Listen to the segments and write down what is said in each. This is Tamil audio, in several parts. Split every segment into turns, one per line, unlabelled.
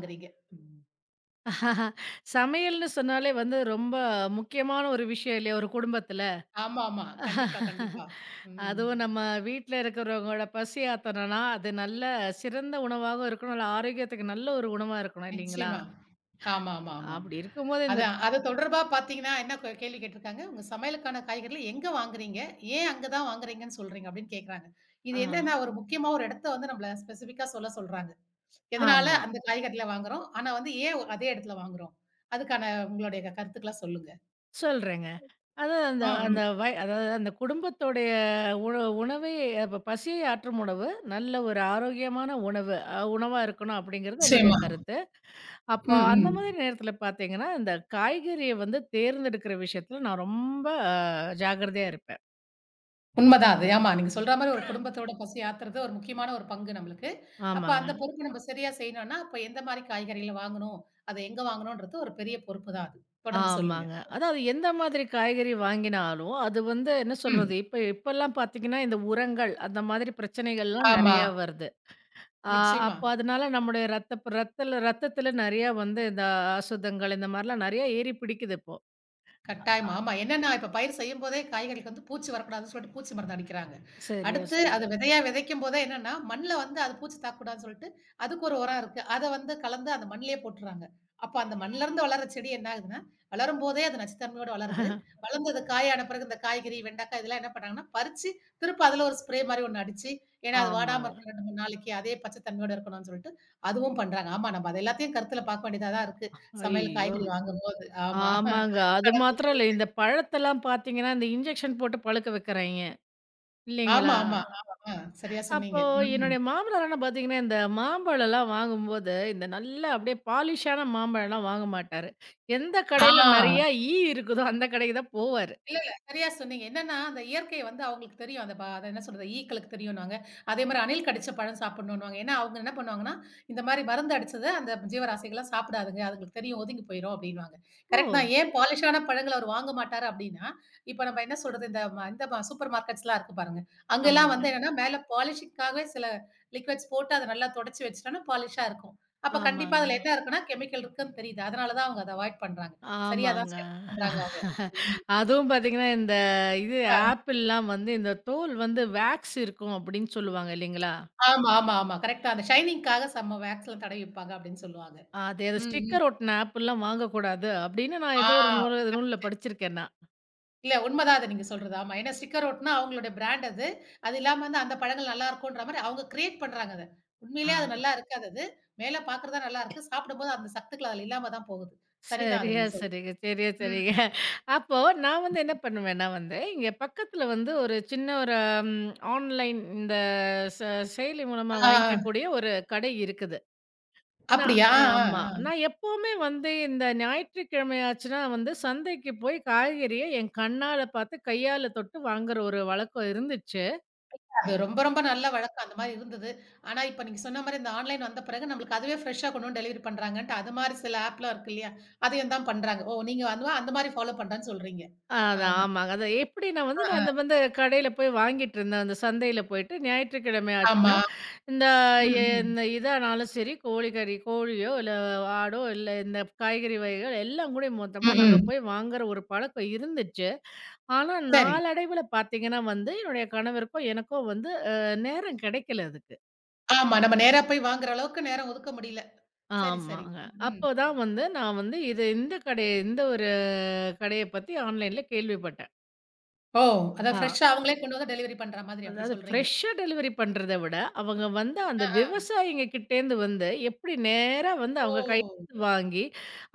வாங்குறீங்க. ம்.
ஆஹா, சமையல்னு சொன்னாலே வந்து ரொம்ப முக்கியமான ஒரு விஷயம் இல்லையா ஒரு குடும்பத்துல.
ஆமாமா. கண்டிப்பா,
ஆஹா,
கண்டிப்பா. ம்.
அதுவும் நம்ம வீட்ல இருக்கிறவங்களோட பசி ஆத்தணும்னா, அது நல்ல சிறந்த உணவாகவும் இருக்கணும். நல்ல ஆரோக்கியத்துக்கு நல்ல ஒரு உணவா இருக்கணும் இல்லைங்களா?
நிச்சயமா. ஆமாமாமா.
அப்படி இருக்கும்போது இந்த
அதான். அது தொடர்பா பார்த்தீங்கன்னா, என்ன கேள்வி கேட்டிருக்காங்க, "உங்க சமையலுக்கான காய்கறிகள எங்க வாங்குறீங்க? ஏன் அங்க தான் வாங்குறீங்கன்னு சொல்றீங்க?" அப்படின்னு கேட்கறாங்க. இது
ஆ
என்னன்னா, ஒரு முக்கியமா ஒரு இடத்த வந்து நம்மள ஸ்பெசிஃபிக்கா சொல்ல சொல்றாங்க. எதனால
ஆமா.
அந்த காய்கறிகள வாங்குறோம்? ஆனா வந்து ஏன் அதே இடத்துல வாங்குறோம்? அதுக்கான உங்களுடைய கருத்துக்கள சொல்லுங்க.
சொல்றேங்க. அதாவது அந்த
ம், ம்.
அந்த வய அதாவது அந்த குடும்பத்தோடைய உண உணவே அப்ப பசியை ஆற்றும் உணவு, நல்ல ஒரு ஆரோக்கியமான உணவு உணவா இருக்கணும் அப்படிங்கிறது என்னுடைய
நிச்சயமா.
கருத்து. அப்போ
ம்,
அந்த மாதிரி
ம்.
நேரத்துல பார்த்தீங்கன்னா, இந்த காய்கறிய வந்து தேர்ந்தெடுக்கிற விஷயத்துல நான் ரொம்ப ஜாக்கிரதையா இருப்பேன்.
உண்மதான் அது. ஆமா. நீங்க சொல்ற மாரி ஒரு குடும்பத்தோட பசி ஆத்துறது ஒரு முக்கியமான ஒரு பங்கு நம்மளுக்கு. அப்ப
ஆமாங்க.
அந்த பொறுப்பு நம்ம சரியா செய்யணும்னா, அப்ப எந்த மாரி காய்கறிகள வாங்கணும்? அத எங்க வாங்கணும்ன்றது ஒரு பெரிய பொறுப்பு தான் அது. தொடர்ந்து சொல்லுங்க.
ஆமாங்க. அதாவது எந்த மாதிரி காய்கறி வாங்கினாலும், அது வந்து என்ன
ம்.
சொல்றது, இப்ப இப்பல்லாம் பார்த்தீங்கன்னா, இந்த உரங்கள் அந்த மாதிரி பிரச்சனைகள்லாம்
ஆமா.
நெறையா வருது. ஆ
நிச்சயமா.
அப்போ அதனால நம்முடைய ரத்தத்துல நெறையா வந்து இந்த அசுத்தங்கள் இந்த மாரிலாம் நெறையா ஏறி பிடிக்குது இப்போ.
கட்டாயமா. ஆமா. என்னன்னா, இப்ப பயிர் செய்யும்போதே காய்கறிக்கு வந்து பூச்சி வரக்கூடாதுன்னு சொல்லிட்டு பூச்சி மருந்து அடிக்கிறாங்க.
சரியா
அடுத்து
சொன்னீங்க.
அது விதையா விதைக்கும்போதே என்னன்னா, மண்ல வந்து அது பூச்சி தாக்கக்கூடாதுன்னு சொல்லிட்டு, அதுக்கு ஒரு உரம் இருக்கு. அத வந்து கலந்து அந்த மண்ணிலேயே போட்டுர்றாங்க. அப்ப அந்த மண்ல இருந்து வளர்ற செடி என்ன ஆகுதுன்னா, வளரும்போதே அது நச்சுத்தன்மையோட வளருது. வளர்ந்து அது காயான பிறகு இந்த காய்கறி, வெண்டைக்காய் இதெல்லாம் என்ன பண்ணாங்கன்னா, பறிச்சு திருப்ப அதுல ஒரு ஸ்ப்ரே மாரி ஒண்ணு அடிச்சு, ஏன்னா அது வாடாம
ஆமாங்க.
இருக்க 2, 3 நாளைக்கு அதே பச்சைத்தன்மையோட இருக்கணும்னு சொல்லிட்டு, அதுவும் பண்றாங்க. ஆமா, நம்ம அது எல்லாத்தையும் கருத்துல பார்க்க வேண்டியதா தான் இருக்கு. சமையல்
ஐயோ!
காய்கறி வாங்கும்போது. ஆமா.
ஆமாங்க. அது மாத்திரம் இல்ல. இந்த பழத்தெல்லாம் பார்த்தீங்கன்னா, இந்த இன்ஜெக்ஷன் போட்டு பழுக்க வைக்கிறாய்ங்க. இல்லைங்களா?
ஆமா, ஆமா. ஆமா. ஆ, சரியா
அப்போ
சொன்னீங்க. ம்.
என்னுடைய மாமனாரெல்லாம் பார்த்தீங்கன்னா, இந்த மாம்பழம்லாம் வாங்கும்போது, இந்த நல்லா அப்படியே பாலிஷான மாம்பழம்லாம் வாங்க மாட்டாரு. எந்த கடையில
ஆ.
நெறையா ஈ இருக்குதோ, அந்த கடைக்கு தான் போவாரு.
இல்ல, இல்ல. சரியா சொன்னீங்க. என்னன்னா, அந்த இயற்கை வந்து அவங்களுக்கு தெரியும். அந்த அத என்ன சொல்றது? ஈக்களுக்கு தெரியும்ன்னுவாங்க. அதே மாரி அணில் கடிச்ச பழம் சாப்பிடணும்ன்னுவாங்க. ஏன்னா, அவங்க என்ன பண்ணுவாங்கன்னா, இந்த மாரி மருந்து அடிச்சத அந்த ஜீவராசிகள்லாம் சாப்பிடாதுங்க. அதுங்களுக்கு தெரியும். ஒதுங்கி போயிரும் அப்டின்னுவாங்க.
ஓ!
கரெக்ட் தான். ஏன் பாலிஷான பழங்கள அவரு வாங்க மாட்டாரு அப்டின்னா, இப்ப நம்ம என்ன சொல்றது? இந்த சூப்பர் மார்க்கெட்ஸ்லாம் இருக்கு பாருங்க. அங்கலாம்
ஆமாங்க.
வந்து என்னன்னா, மேல பாலிஷிங்க்காகவே சில லிக்விட்ஸ் போட்டு அத நல்லா தொடச்சு வச்சுட்டோம்னா, பாலிஷா இருக்கும். அப்ப கண்டிப்பா அதுல
ஆமாங்க.
என்ன இருக்குன்னா, கெமிக்கல் இருக்குன்னு தெரியுது. அதனால தான் அவங்க அத அவாய்ட் பண்றாங்க. சரியா தான்
ஆமாங்க.
செயல் பண்றாங்க அவங்க. ம்.
அதுவும் பார்த்தீங்கன்னா, இந்த இது ஆப்பிள்லாம் வந்து இந்த தோல் வந்து வேக்ஸ் இருக்கும் அப்படின்னு சொல்லுவாங்க இல்லைங்களா?
ஆமா, ஆமா, ஆமா. கரெக்ட்டா அந்த ஷைனிங்க்காக செம்ம வேக்ஸ்ல தடவி வைப்பாங்க அப்படின்னு சொல்லுவாங்க.
அது அந்த
ம், ம்.
ஸ்டிக்கர் ஒட்டின ஆப்லாம் வாங்கக்கூடாது அப்படின்னு நான்
ஆ
ஏதோ ஒரு நூல்ல படிச்சிருக்கேன் நான்.
இல்ல உண்மதான் அது நீங்க சொல்றது. ஆமா. ஏன்னா ஸ்டிக்கர் ஒட்டுனா அவங்களோட பிராண்ட் அது. அது இல்லாம வந்து அந்த பழங்கள் நல்லா இருக்குன்ற மாரி அவங்க கிரியேட் பண்றாங்க அத.
ஆ.
உண்மையிலேயே அது நல்லா இருக்காது அது. மேல பார்க்கறது தான் நல்லா இருக்கு. சாப்பிடும்போது அந்த சத்துக்கள் அதுல இல்லாம தான் போகுது. சரிதான் அது
சரியா
நீங்க சொல்றது.
சரிங்க, சரியா சரிங்க.
ம்.
அப்போ நான் வந்து என்ன பண்ணுவேன்னா வந்து, இங்க பக்கத்துல வந்து ஒரு சின்ன ஒரு ம் ஆன்லைன் இந்த ச செயலி மூலமா
ஆ
வாங்கிக்கக்கூடிய ஒரு கடை இருக்குது. நான்
அப்படியா? ஆ,
ஆமா.
ஆ.
நான் எப்பவுமே வந்து இந்த ஞாயிற்றுக்கிழமை ஆச்சுன்னா வந்து சந்தைக்கு போய் காய்கறிய என் கண்ணால பார்த்து, கையால தொட்டு வாங்குற ஒரு வழக்கம் இருந்துச்சு.
அது ரொம்ப ரொம்ப நல்ல வழக்கம். அந்த மாரி இருந்தது. ஆனா, இப்ப நீங்க சொன்ன மாரி இந்த ஆன்லைன் வந்த பிறகு நம்மளுக்கு அதுவே ஃப்ரெஷ்ஷா கொண்டு வந்து டெலிவரி பண்றாங்கன்ட்டு, அது மாரி சில ஆப்லாம் இருக்கு இல்லையா? அதையும் தான் பண்றாங்க. ஓ! நீங்க அந்த அந்த மாரி ஃபாலோ பண்றேன்னு சொல்றீங்க.
அதான்
ஆஹா.
ஆமாங்க. அதான் எப்படின்னா
அ,
வந்து நான்
அ.
அந்த வந்து கடையில போய் வாங்கிட்டுருந்தேன். அந்த சந்தையில போயிட்டு ஞாயிற்றுக்கிழமை
ஆமா.
ஆச்சுன்னா, இந்த
ம்,
எ
ம்.
இந்த இதானாலும் சரி, கோழிக்கறி கோழியோ, இல்ல ஆடோ, இல்ல இந்த காய்கறி வகைகள் எல்லாம் கூட மொத்தமா
ம்,
நாங்க
ம்.
போய் வாங்குற ஒரு பழக்கம் இருந்துச்சு. ஆனா
சரி.
நாளடைவுல பார்த்தீங்கன்னா வந்து, என்னுடைய கணவருக்கும் எனக்கும் வந்து நேரம் கிடைக்கல அதுக்கு.
ஆமா. நம்ம நேரா போய் வாங்குற அளவுக்கு நேரம் ஒதுக்க முடியல. சரி, சரி.
ஆமாங்க.
ம், ம்.
அப்போ தான் வந்து நான் வந்து இது இந்த கடை இந்த ஒரு கடைய பத்தி ஆன்லைன்ல கேள்விப்பட்டேன்.
ஓ! அதான்
ஆ.
ஃப்ரெஷ்ஷா அவங்களே கொண்டு வந்து டெலிவரி பண்ற மாதிரி அப்படி
அதாவது
சொல்றீங்க.
ஃப்ரெஷ்ஷா டெலிவரி பண்றத விட, அவங்க வந்து
அ,
அந்த
அ.
விவசாயிங்க கிட்டேருந்து வந்து, எப்படி நேரா வந்து அவங்க
ஓ!
கையிலேருந்து வாங்கி,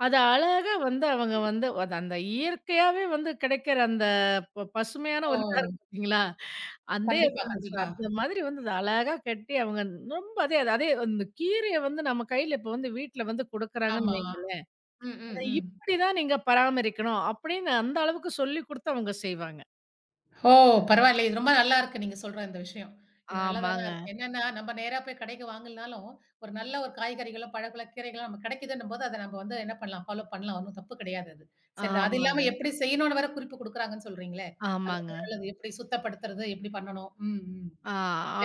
அத அழகா வந்து அவங்க வந்து அது அந்த இயற்கையாவே வந்து கிடைக்கிற அந்த பசுமையான
ஓ!
ஒரு இதா இருக்கும் பார்த்தீங்களா? அந்தே
கண்டிப்பா, கண்டிப்பா.
அந்த மாதிரி வந்து அத அழகா கட்டி அவங்க ரொம்ப அதே அதே அந்த கீரைய வந்து நம்ம கையில இப்போ வந்து வீட்ல வந்து குடுக்குறாங்கன்னு
ஆமா.
வைங்க.
ம், ம்,
"அத
ம்.
இப்படி தான் நீங்க பராமரிக்கணும்." அப்படின்னு அந்த அளவுக்கு சொல்லிக் குடுத்து அவங்க செய்வாங்க.
ஓ! பரவாயில்லை. இது ரொம்ப நல்லா இருக்கு நீங்க சொல்ற இந்த விஷயம். இது நல்லதா தான்
ஆமாங்க,
இருக்கு. என்னன்னா, நம்ம நேரா போய் கடைக்கு வாங்கலனாலும், ஒரு நல்ல ஒரு காய்கறிகளோ, பழங்களோ, கீரைகளோ நமக்கு கிடைக்குதுன்னும்போது, அத நம்ம வந்து என்ன பண்ணலாம், ஃபாலோ பண்ணலாம். ஒண்ணும் தப்பு கிடையாது அது. சரி அது
ஆமாங்க,
இல்லாம எப்படி செய்யணும்னு வேற குறிப்பு குடுக்குறாங்கன்னு சொல்றீங்களே! அது ரொம்ப
ஆமாங்க.
நல்லது. எப்படி சுத்தப்படுத்துறது, எப்படி பண்ணணும். ம், ம்.
ஆ,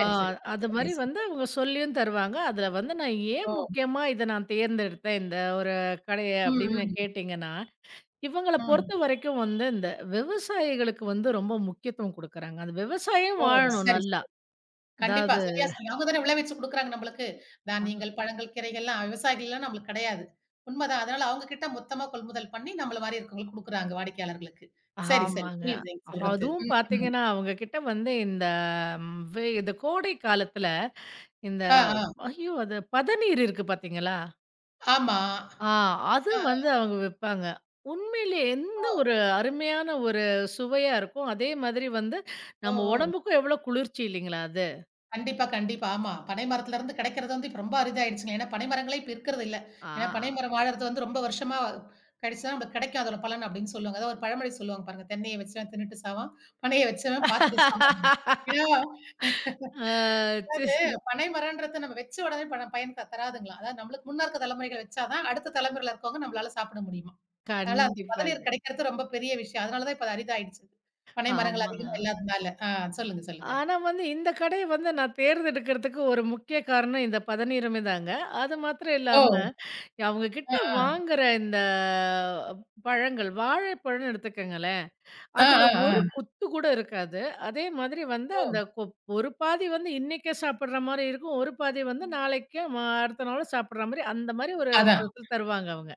ஆ,
சரி.
அது மாரி
பேசுங்க.
வந்து அவங்க சொல்லியும் தருவாங்க. அதுல வந்து நான் ஏன்
ஓ!
முக்கியமா இத நான் தேர்ந்தெடுத்தேன், இந்த ஒரு கடைய
ம்,
அப்படின்னு
ம்,
கேட்டீங்கன்னா, இவங்கள
ம்.
பொறுத்தவரைக்கும் வந்து இந்த விவசாயிகளுக்கு வந்து ரொம்ப முக்கியத்துவம் குடுக்குறாங்க. அந்த விவசாயம்
ஓ!
வாழணும்
சரி,
நல்லா.
சரி. கண்டிப்பா.
அதாவது
சரியா சொன்னீங்க. அவங்க தானே விளைவிச்சு குடுக்குறாங்க நம்மளுக்கு.
அ
தானியங்கள், பழங்கள், கீரைகள்லாம் விவசாயிகள்லாம் நம்மளுக்கு கிடையாது. உண்மதான். அதனால அவங்க கிட்ட மொத்தமா கொள்முதல் பண்ணி நம்மள மாரி இருக்கவங்களுக்கு குடுக்குறாங்க வாடிக்கையாளர்களுக்கு. சரி, சரி.
ஆமாங்க.
புரியுது நீங்க சொல்றது.
அதுவும்
ம், ம்.
பாத்தீங்கன்னா, அவங்க கிட்ட வந்து இந்த ம் வே இந்த கோடை காலத்துல இந்த
ஆ, ஆ.
ஐயோ! அது பதநீர் இருக்கு பாத்தீங்களா?
ஆமா.
ஆ அது
ஆ,
வந்து அவங்க விப்பாங்க. உண்மையிலே
ஆ.
எந்த
ஓ,
ஒரு அருமையான ஒரு சுவையா இருக்கும். அதே மாதிரி வந்து
ஓ,
நம்ம
ஓ.
உடம்புக்கும் எவ்வளோ குளிர்ச்சி இல்லைங்களா அது.
கண்டிப்பா, கண்டிப்பா. ஆமா. பனை மரத்துல இருந்து கிடைக்கிறது வந்து இப்ப ரொம்ப அரிதாயிடுச்சுங்க. ஏன்னா பனை மரங்களே இப்ப இருக்கிறது இல்ல. ஏன்னா பனை
ஆ.
மரம் வாழறது வந்து ரொம்ப வருஷமா கழிச்சு தான் நமக்கு கிடைக்கும் அதோட பலன் அப்படின்னு சொல்லுவாங்க. அதாவது ஒரு பழமொழி சொல்லுவாங்க பாருங்க. "தென்னைய வச்சவன் தின்னுட்டு சாவான். பனைய வச்சவன் பார்த்துட்டு சாவான்னு." ஏன்னா
ஆ சி
அதாவது பனை மரம்ன்றது நம்ம வச்ச உடனே பயன் தராதுங்களாம். அதாவது நம்மளுக்கு முன்ன இருக்க தலைமுறைகள் வச்சா தான், அடுத்த தலைமுறையில இருக்கவங்க நம்மளால சாப்பிட முடியுமாம். அதனால அந்த
கண்டிப்பாங்க.
பதநீர் கிடைக்கிறது ரொம்ப பெரிய விஷயம். அதனால தான் இப்ப அது அரிதாயிடுச்சு. பனை மரங்கள்
ஆமா.
அதிகமா இல்லாதனால. ஆ சொல்லுங்க, சொல்லுங்க.
ஆனா வந்து இந்த கடைய வந்து நான் தேர்ந்தெடுக்கிறதுக்கு ஒரு முக்கிய காரணம் இந்த பதநீருமே தாங்க. அது மாத்திரம்
ஓ!
இல்லாம அவங்க கிட்ட
ஆ, ஆ.
வாங்குற இந்த பழங்கள், வாழைப்பழம்னு எடுத்துக்கங்களேன்.
ஆ,
அதுல
ஆ,
ஒரு
ஆ.
குத்து கூட இருக்காது. அதே மாதிரி வந்து
ஓ!
அந்த ஒரு பாதி வந்து இன்னைக்கே சாப்பிடுற மாரி இருக்கும். ஒரு பாதி வந்து நாளைக்கு அடுத்த நாளும் சாப்பிடுற மாரி, அந்த மாரி ஒரு
அதான்.
பதத்துல தருவாங்க அவங்க.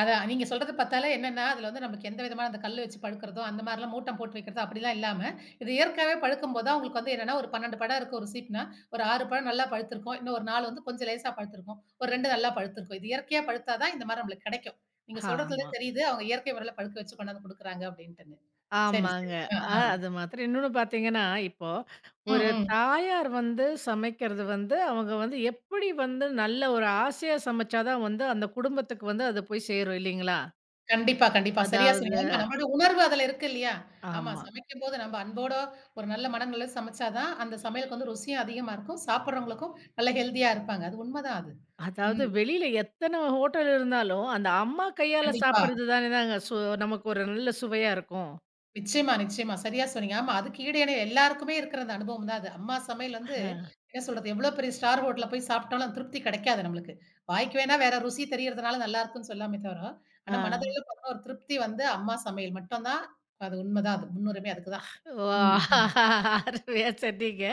அதான் நீங்க சொல்றது பார்த்தாலே என்னன்னா, அதுல வந்து நமக்கு எந்த விதமான அந்த கல்லு வச்சு படுக்கிறதோ, அந்த மாரிலாம் மூட்டம் போட்டு வைக்கிறதோ அப்படிலாம் இல்லாம, இது இயற்கையாவே பழுக்கும்போது தான் உங்களுக்கு வந்து என்னன்னா, ஒரு 12 பழம் இருக்கு ஒரு சீப்னா, ஒரு 6 பழம் நல்லா பழுத்திருக்கும். இன்னும் ஒரு 4 வந்து கொஞ்சம் லேசா பழுத்திருக்கும். ஒரு 2 நல்லா பழுத்திருக்கும். இது இயற்கையா பழுத்தா தான் இந்த மாரி நம்மளுக்கு கிடைக்கும். நீங்க சொல்றதுலயே
ஆமா.
தெரியுது, அவங்க இயற்கை முறையில பழுக்க வச்சு கொண்டாந்து குடுக்குறாங்க அப்படின்ட்டுன்னு. சரி,
ஆமாங்க.
சரி. ஆ, ஆ.
அது மாதிரி இன்னொன்னு பார்த்தீங்கன்னா, இப்போ
ம்,
ஒரு
ம்.
தாயார் வந்து சமைக்கிறது வந்து, அவங்க வந்து எப்படி வந்து நல்ல ஒரு ஆசையா சமைச்சா தான் வந்து அந்த குடும்பத்துக்கு வந்து அது போய் சேரும் இல்லைங்களா?
கண்டிப்பா, கண்டிப்பா. சரியா சொன்னீங்க.
அதாவது
ஆமா நம்மளோட உணர்வு அதுல இருக்கு இல்லையா? ஆமா
ஆமா.
சமைக்கும்போது நம்ம அன்போட ஒரு நல்ல மனநிலையில சமைச்சா தான், அந்த சமையலுக்கு வந்து ருசியும் அதிகமா இருக்கும். சாப்பிடுறவங்களுக்கும் நல்ல ஹெல்தியா இருப்பாங்க. அது உண்மதான் அது.
அதாவது
ம்.
வெளியில எத்தனை ஹோட்டல் இருந்தாலும், அந்த அம்மா கையால
கண்டிப்பா.
சாப்பிடுறது தானே தாங்க நமக்கு ஒரு நல்ல சுவையா இருக்கும்.
நிச்சயமா, நிச்சயமா. சரியா சொன்னீங்க. ஆமா அதுக்கு ஈடு இணை எல்லாருக்குமே இருக்கிற அந்த அனுபவம் தான் அது. அம்மா சமையல் வந்து என்ன சொல்றது? எவ்வளோ பெரிய ஸ்டார் ஹோட்டல்ல போய் சாப்பிட்டாலும் அந்த திருப்தி கிடைக்காது நம்மளுக்கு. வாய்க்கு வேணா வேற ருசி தெரியறதுனால நல்லா இருக்குன்னு சொல்லாமே தவிர, ஆனா
ஆ.
மனதளவுல பார்த்தா ஒரு திருப்தி வந்து அம்மா சமையல் மட்டும் தான். அது உண்மதான் அது. முன்னுரிமை அதுக்கு தான். ம்.
ஓ!
ம்.
அருமையா சொன்னீங்க.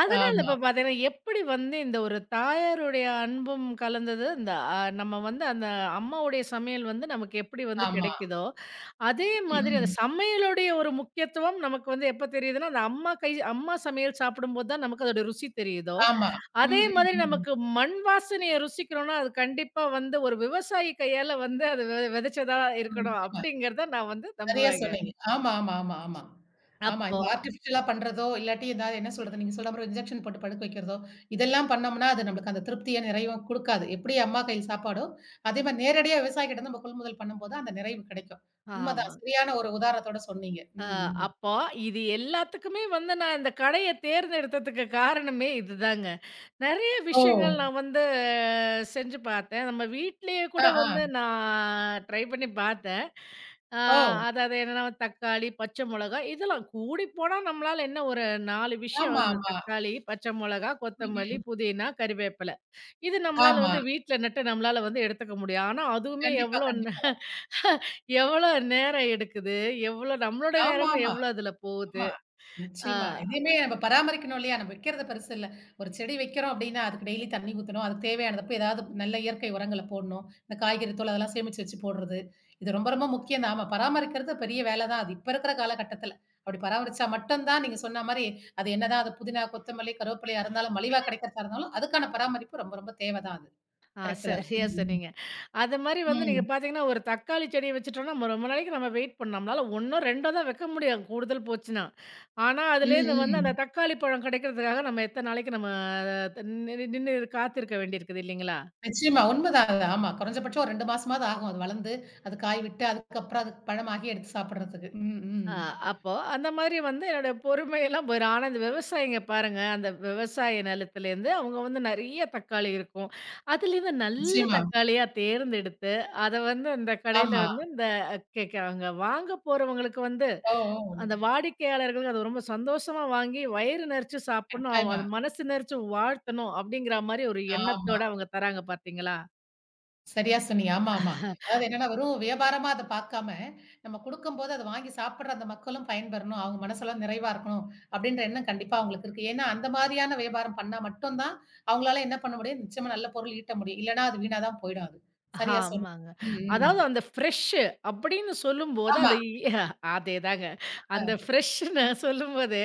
அதனால
ஆமா.
இப்ப பார்த்தீங்கன்னா, எப்படி வந்து இந்த ஒரு தாயாருடைய அன்பும் கலந்தது, இந்த நம்ம வந்து அந்த அம்மாவுடைய சமையல் வந்து நமக்கு எப்படி வந்து
ஆமா.
கிடைக்குதோ அதே
ம்.
மாதிரி அந்த
ம்.
சமையலுடைய ஒரு முக்கியத்துவம் நமக்கு வந்து எப்ப தெரியுதுன்னா, அந்த அம்மா சமையல் சாப்பிடும்போது தான் நமக்கு அதோட ருசி தெரியுதோ,
ஆமா. ம்,
அதே
ம்,
மாதிரி
ம்.
நமக்கு மண் வாசனைய ருசிக்கிறோம்னா, அது கண்டிப்பா வந்து ஒரு விவசாயி கையால வந்து அது விதைச்சதா
நிச்சயமா,
இருக்கணும்
நிச்சயமா.
அப்படிங்கிறத நான் வந்து
சரியா
நம்புவேங்க.
சொன்னீங்க. ஆமா, ஆமா, ஆமா, ஆமா. ஆமா.
அப்போ
இந்த ஆர்டிஃபிஷியலா பண்றதோ, இல்லாட்டி ஏதாவது என்ன சொல்றது? நீங்க சொல்ற மாரி இன்ஜெக்ஷன் போட்டு படுக்க வைக்கிறதோ, இதெல்லாம் பண்ணோம்னா, அது நம்மளுக்கு அந்த திருப்திய நிறைவும் குடுக்காது. எப்படி அம்மா கையில் சாப்பாடோ, அதே மாரி நேரடியா விவசாயிகிட்ட நம்ம கொள்முதல் பண்ணும்போது அந்த நிறைவு கிடைக்கும்.
ஆமா.
உண்மதான். சரியான ஒரு உதாரணத்தோட சொன்னீங்க.
அ
ம், ம்.
அப்போ இது எல்லாத்துக்குமே வந்து நான் இந்த கடைய தேர்ந்தெடுத்ததுக்கு காரணமே இதுதாங்க. நெறைய
ஓ!
விஷயங்கள் நான் வந்து செஞ்சு பார்த்தேன். நம்ம வீட்லயே
ஆ,
கூட வந்து
ஆ.
நான் ட்ரை பண்ணி பார்த்தேன். ஆ
ஓ!
அதாவது என்னன்னா, தக்காளி, பச்சை மொளகா இதெல்லாம் கூடிப்போனா நம்மளால என்ன ஒரு 4 விஷயம்
ஆமா,
அந்த
ஆமா.
தக்காளி, பச்சை மொளகா,
ம்,
கொத்தமல்லி,
ம்.
புதினா, கறிவேப்பிலை. இது நம்மளால
ஆமா.
வந்து வீட்ல நட்டு நம்மளால வந்து எடுத்துக்க முடியும். ஆனா, அதுவுமே
கண்டிப்பா, கண்டிப்பா.
எவ்வளோ நேரம் எடுக்குது? எவ்வளோ நம்மளோட நேரமும்
ஆமாமா.
எவ்வளோ அதுல போகுது?
ஆமா.
ஆ.
நிச்சயமா. எதையுமே நம்ம பராமரிக்கணும் இல்லையா? நம்ம வைக்கிறது பெருசு இல்ல. ஒரு செடி வைக்கிறோம் அப்படின்னா, அதுக்கு டெய்லி தண்ணி ஊத்தணும். அதுக்கு தேவையானதப்ப ஏதாவது நல்ல இயற்கை உரங்கள போடணும். இந்த காய்கறி தூள் அதெல்லாம் சேமிச்சு வச்சு போடுறது. இது ரொம்ப ரொம்ப முக்கியம் தான். ஆமா, பராமரிக்கிறது பெரிய வேலை தான். அது இப்ப இருக்கிற காலகட்டத்தில. அப்படி பராமரிச்சா மட்டும் தான் நீங்க சொன்ன மாரி, அது என்னதான் அது புதினா, கொத்தமல்லி, கருவேப்பிலையா இருந்தாலும், மலிவா கிடைக்கிறதா இருந்தாலும், அதுக்கான பராமரிப்பு ரொம்ப ரொம்ப தேவை தான் அது. கரெக்ட் தான்.
சரியா
ம்.
சொன்னீங்க. அது மாரி வந்து நீங்க
ம்.
பார்த்தீங்கன்னா, ஒரு தக்காளி செடிய வச்சுட்டோம்னா, நம்ம ரொம்ப நாளைக்கு நம்ம வெயிட் பண்ணோம். நம்மளால 1ஓ, 2ஓ தான் வைக்க முடியும். கூடுதல் போச்சுன்னா. ஆனா,
ம்.
அதுலேருந்து வந்து அந்த
ம்.
தக்காளி பழம் கிடைக்கிறதுக்காக நம்ம எத்தன நாளைக்கு நம்ம த நின்னு நின்னு காத்திருக்க வேண்டியிருக்குது இல்லைங்களா?
நிச்சயமா. உண்மதான் அது. ஆமா. குறைஞ்சபட்சம் ஒரு 2 மாசமாவது ஆகும். அது வளர்ந்து, அது காய் விட்டு, அதுக்கப்புறம் அது பழமாகி எடுத்து சாப்பிடுறதுக்கு. ம், ம்.
ஆ அப்போ அந்த மாரி வந்து என்னோட பொறுமையெல்லாம் போயிரும். ஆனா, இந்த விவசாயிங்க பாருங்க, அந்த விவசாய நிலத்துலேருந்து அவங்க வந்து நெறைய தக்காளி இருக்கும். அதுலேருந்து நல்ல
நிச்சயமா.
தக்காளியா தேர்ந்தெடுத்து, அத வந்து அந்த கடையில
ஆமா.
வந்து அவங்க வாங்க போறவங்களுக்கு வந்து
ஓ!
அந்த
ஓ!
வாடிக்கையாளர்களுக்கு அது ரொம்ப சந்தோஷமா வாங்கி வயிறு நெறைச்சு சாப்பிடணும். அவன்
கட்டாயமா.
அது மனசு நெறைச்சு வாழ்த்தணும் அப்படிங்கிற மாரி ஒரு
ஆமா.
எண்ணத்தோட அவங்க தராங்க பார்த்தீங்களா?
சரியா சொன்னீங்க. ஆமா, ஆமா. அதாவது என்னன்னா, வெறும் வியாபாரமா அத பார்க்காம, நம்ம குடுக்கும்போது அத வாங்கி சாப்பிடுற அந்த மக்களும் பயன்பெறணும். அவங்க மனசெல்லாம் நிறைவா இருக்கணும். அப்படின்ற எண்ணம் கண்டிப்பா அவங்களுக்கு இருக்கு. ஏன்னா, அந்த மாதிரியான வியாபாரம் பண்ணா மட்டும் தான், அவங்களால என்ன பண்ண முடியும்? நிச்சயமா நல்ல பொருள் ஈட்ட முடியும். இல்லன்னா, அது வீணா தான் போயிடும் அது. சரியா சொன்னீங்க.
ஆமாங்க.
ம், ம்.
அதாவது அந்த ஃப்ரெஷ் அப்படின்னு சொல்லும்போது
ஆமா.
அதேதாங்க. அந்த ஃப்ரெஷ்ன்னு சொல்லும்போதே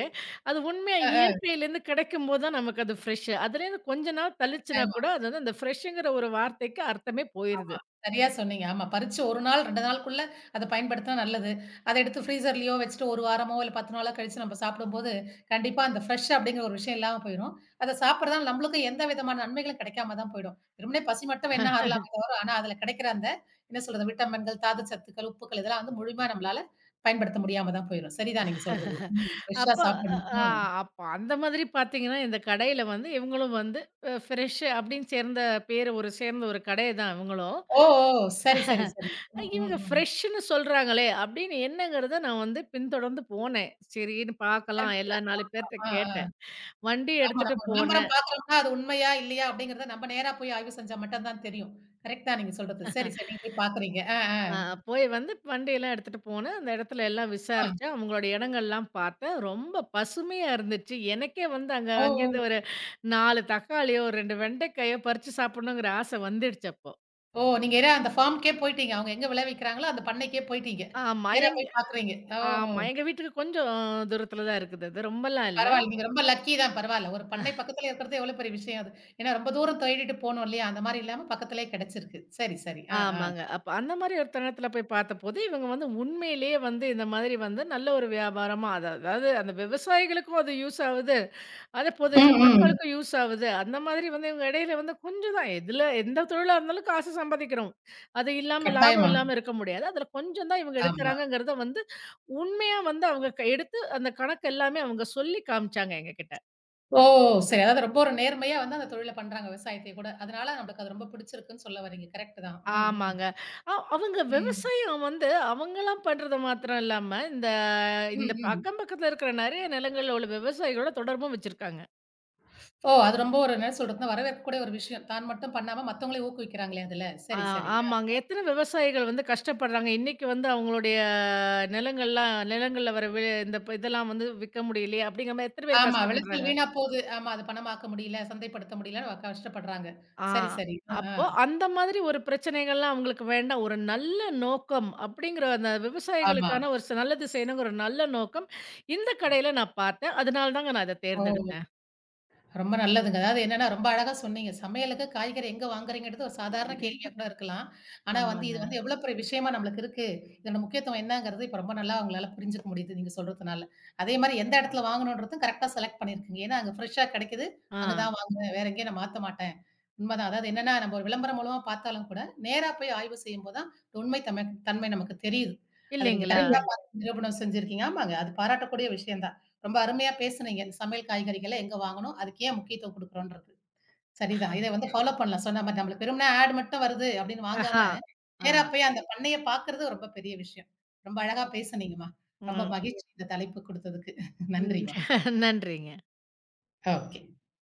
அது உண்மையா
அ,
இயற்கையிலேருந்து கிடைக்கும்போது தான் நமக்கு அது ஃப்ரெஷ். அதுலேருந்து கொஞ்ச நாள்
அ.
தள்ளிச்சுனா கூட அது வந்து அந்த ஃப்ரெஷ்ங்கிற ஒரு வார்த்தைக்கு அர்த்தமே போயிருது.
சரியா சொன்னீங்க. ஆமா. பறிச்சு 1 நாள், 2 நாளுக்குள்ள அத பயன்படுத்தினா நல்லது. அத எடுத்து ஃப்ரீசர்லயோ வச்சுட்டு 1 வாரமோ, இல்ல 10 நாளோ கழிச்சு நம்ம சாப்பிடும்போது, கண்டிப்பா அந்த ஃப்ரெஷ் அப்படிங்கிற ஒரு விஷயம் இல்லாம போயிரும். அத சாப்பிடுறதால நம்மளுக்கும் எந்த விதமான நன்மைகளும் கிடைக்காம தான் போயிடும். வெறுமனே பசி மட்டும் வேணா ஆறலாமே தவிர, ஆனா அதுல கிடைக்கிற அந்த என்ன சொல்றது விட்டமின்கள், தாது சத்துக்கள், உப்புக்கள் இதெல்லாம் வந்து முழுமையா நம்மளால பயன்படுத்த முடியாம தான் போயிரும். சரிதான் நீங்க சொல்றது. ம். ஃப்ரெஷ்ஷா
அப்ப அ
சாப்பிடணும்.
ஆ
ம்.
அப்ப அந்த மாதிரி பார்த்தீங்கன்னா, இந்த கடையில வந்து இவங்களும் வந்து ஃப்ரெஷ் அப்படின்னு சேர்ந்த பேரு ஒரு சேர்ந்த ஒரு கடை தான் இவங்களும்.
ஓ! ஓ! சரி, சரி, சரி. ம், ம்,
இவங்க
ம்.
ஃப்ரெஷ்ன்னு சொல்றாங்களே அப்படின்னு என்னங்கிறத நான் வந்து பின்தொடர்ந்து போனேன். சரின்னு பார்க்கலாம்
கரெக்ட்
எல்லா
தான்.
4 பேர்ட்ட
ஆ, ஆ.
கேட்டேன். வண்டி
ஆமா.
எடுத்துட்டு
நம்ம விளம்பரம்
போனேன்.
பார்க்கிறோம்னா, அது உண்மையா? இல்லையா? அப்படிங்கிறத நம்ம நேரா போய் ஆய்வு செஞ்சா மட்டும் தான் தெரியும். கரெக்ட் தான் நீங்க சொல்றது. சரி, சரி. நீங்க போய் பார்க்குறீங்க. ஆ, ஆ.
அ போய் வந்து வண்டியெல்லாம் எடுத்துட்டு போனேன். அந்த இடத்துல எல்லாம்
ஆ.
விசாரிச்சேன். அவங்களோட இடங்கள்லாம் பார்த்தேன். ரொம்ப பசுமையா இருந்துச்சு. எனக்கே வந்து அங்க
ஓ!
அங்கேருந்து ஒரு
ஓ!
4 தக்காளியோ, 2 வெண்டைக்காயோ பறிச்சு சாப்பிடணுங்கிற ஆசை வந்துடுச்சு அப்போ.
ஓ! நீங்க ஏன்னா அந்த ஃபார்ம்க்கே போயிட்டீங்க. அவங்க எங்க விளைவிக்கிறாங்களோ, அந்த பண்ணைக்கே போயிட்டீங்க.
ஆமா.
நேரா போய் பார்க்குறீங்க. ஓஹோ!
ஆமா. எங்க வீட்டுக்கு கொஞ்சம் தூரத்துல தான் இருக்குது அது. ரொம்பலாம் இல்ல.
பரவாயில்ல. நீங்க ரொம்ப லக்கி தான் பரவால்ல. ஒரு பண்ணை பக்கத்துல இருக்கிறது எவ்வளோ பெரிய விஷயம் அது. ஏன்னா ரொம்ப தூரம் தேடிட்டு போணும் இல்லையா? அந்த மாரி இல்லாம பக்கத்திலேயே கிடைச்சிருக்கு. சரி, சரி. ஆ, ஆ.
ஆமாங்க. அப்ப அந்த மாரி ஒரு தருணத்துல போய் பார்த்தபோது, இவங்க வந்து உண்மையிலேயே வந்து இந்த மாதிரி வந்து நல்ல ஒரு வியாபாரமா அதாவது அந்த விவசாயிகளுக்கும் அது யூஸ் ஆவுது. அதேபோது இந்த
ம், ம்.
மக்களுக்கும் யூஸ் ஆவுது. அந்த மாதிரி வந்து இவங்க இடையில வந்து கொஞ்சம் தான் எதுல எந்த தொழிலா இருந்தாலும் காசு சம்பாதிக்கிறோம். அது இல்லாம லாபம்
கட்டாயமா.
இல்லாம இருக்க முடியாது. அதுல கொஞ்சம் தான் இவங்க
ஆமா.
எடுக்குறாங்கங்கிறத வந்து உண்மையா வந்து அவங்க எடுத்து அந்த கணக்கு எல்லாமே அவங்க சொல்லி காமிச்சாங்க எங்ககிட்ட.
ஓ! சரி. அதாவது ரொம்ப ஒரு நேர்மையா வந்து அந்த தொழில பண்றாங்க விவசாயத்தை கூட. அதனால நம்மளுக்கு அது ரொம்ப பிடிச்சிருக்குன்னு சொல்ல வரீங்க. கரெக்ட் தான். ம், ம்.
ஆமாங்க. அவங்க
ம்.
விவசாயம் வந்து அவங்கலாம் பண்றது மாத்திரம் இல்லாம, இந்த
ம்,
இந்த
ம்.
அக்கம் பக்கத்துல இருக்கிற நெறைய நிலங்கள்ல உள்ள விவசாயிகளோட தொடர்பும் வச்சிருக்காங்க.
ஓ! அது ரொம்ப ஒரு என்ன சொல்றதுன்னா, வரவேற்கக்கூடிய ஒரு விஷயம். தான் மட்டும் பண்ணாம மத்தவங்களையும் ஊக்குவிக்கிறாங்களே அதுல.
ஆ
சரி, சரி. அ
ஆமாங்க. எத்தன விவசாயிகள் வந்து கஷ்டப்படுறாங்க. இன்னைக்கு வந்து அவங்களுடைய நிலங்கள்ல வர வி இந்த ப- இதெல்லாம் வந்து விக்க முடியலையே அப்படிங்கிற மாரி எத்தன பேர்
ஆமா. விளைச்சல்
கஷ்டப்படுறாங்க.
வீணா போகுது. ஆமா. அது பணமாக்க முடியல, சந்தைப்படுத்த முடியலன்னு வ கஷ்டப்படுறாங்க.
ஆ.
சரி, சரி. அ, ஆ.
அப்போ அந்த மாதிரி ஒரு பிரச்சனைகள்லாம் அவங்களுக்கு வேண்டாம். ஒரு நல்ல நோக்கம் அப்படிங்கிற அந்த
ஆமா.
விவசாயிகளுக்கான ஒரு நல்லது செய்யணுங்கிற ஒரு நல்ல நோக்கம் இந்த கடையில நான் பார்த்தேன். அதனால தாங்க நான் இத
ஓ!
தேர்ந்தெடுத்தேன்.
ரொம்ப நல்லதுங்க. அதாவது என்னன்னா, ரொம்ப அழகா சொன்னீங்க. சமையலுக்கு காய்கறி எங்க வாங்குறீங்கன்றது ஒரு சாதாரண கேள்வியா கூட இருக்கலாம். ஆனா வந்து
ஆமாங்க.
இது வந்து எவ்வளோ பெரிய விஷயமா நம்மளுக்கு இருக்கு. இதோட முக்கியத்துவம் என்னங்கிறது இப்ப ரொம்ப நல்லா உங்களால புரிஞ்சுக்க முடியுது நீங்க சொல்றதுனால. அதே மாரி எந்த இடத்துல வாங்கணுன்றதும் கரெக்ட்டா செலக்ட் பண்ணியிருக்கீங்க. ஏன்னா அங்க ஃப்ரெஷ்ஷா கிடைக்குது.
ஆ.
அங்க தான் வாங்குவேன். வேற எங்கேயும் நான் மாத்த மாட்டேன். உண்மதான். அதாவது என்னன்னா நம்ம ஒரு விளம்பரம் மூலமா பார்த்தாலும் கூட, நேரா போய் ஆய்வு செய்யும்போது தான் உண்மை தன்மை தன்மை நமக்கு தெரியுது. அத நீங்க
இல்லைங்களா?
கரெக்ட்டா புரியுது. பார்த்து நிரூபணம் செஞ்சிருக்கீங்க. ஆமாங்க. அது பாராட்டக்கூடிய விஷயம் தான். ரொம்ப அருமையா பேசுனீங்க. இந்த சமையல் காய்கறிகள எங்க வாங்கணும்? அதுக்கு ஏன் முக்கியத்துவம் குடுக்குறோன்றது. சரிதான். இத வந்து கண்டிப்பா. ஃபாலோ பண்ணலாம். சொன்ன மாரி நம்மளுக்கு வெறுமனே ஆட் மட்டும் வருது அப்டின்னு வாங்காம,
ஆஹா. ஆ.
நேரா போய் அந்த பண்ணைய பாக்குறது ரொம்ப பெரிய விஷயம். ரொம்ப அழகா பேசுனீங்கம்மா. ரொம்ப
ம்.
மகிழ்ச்சி இந்த தலைப்பு குடுத்ததுக்கு. நன்றிம்மா.
நன்றிங்க.
ஓகே.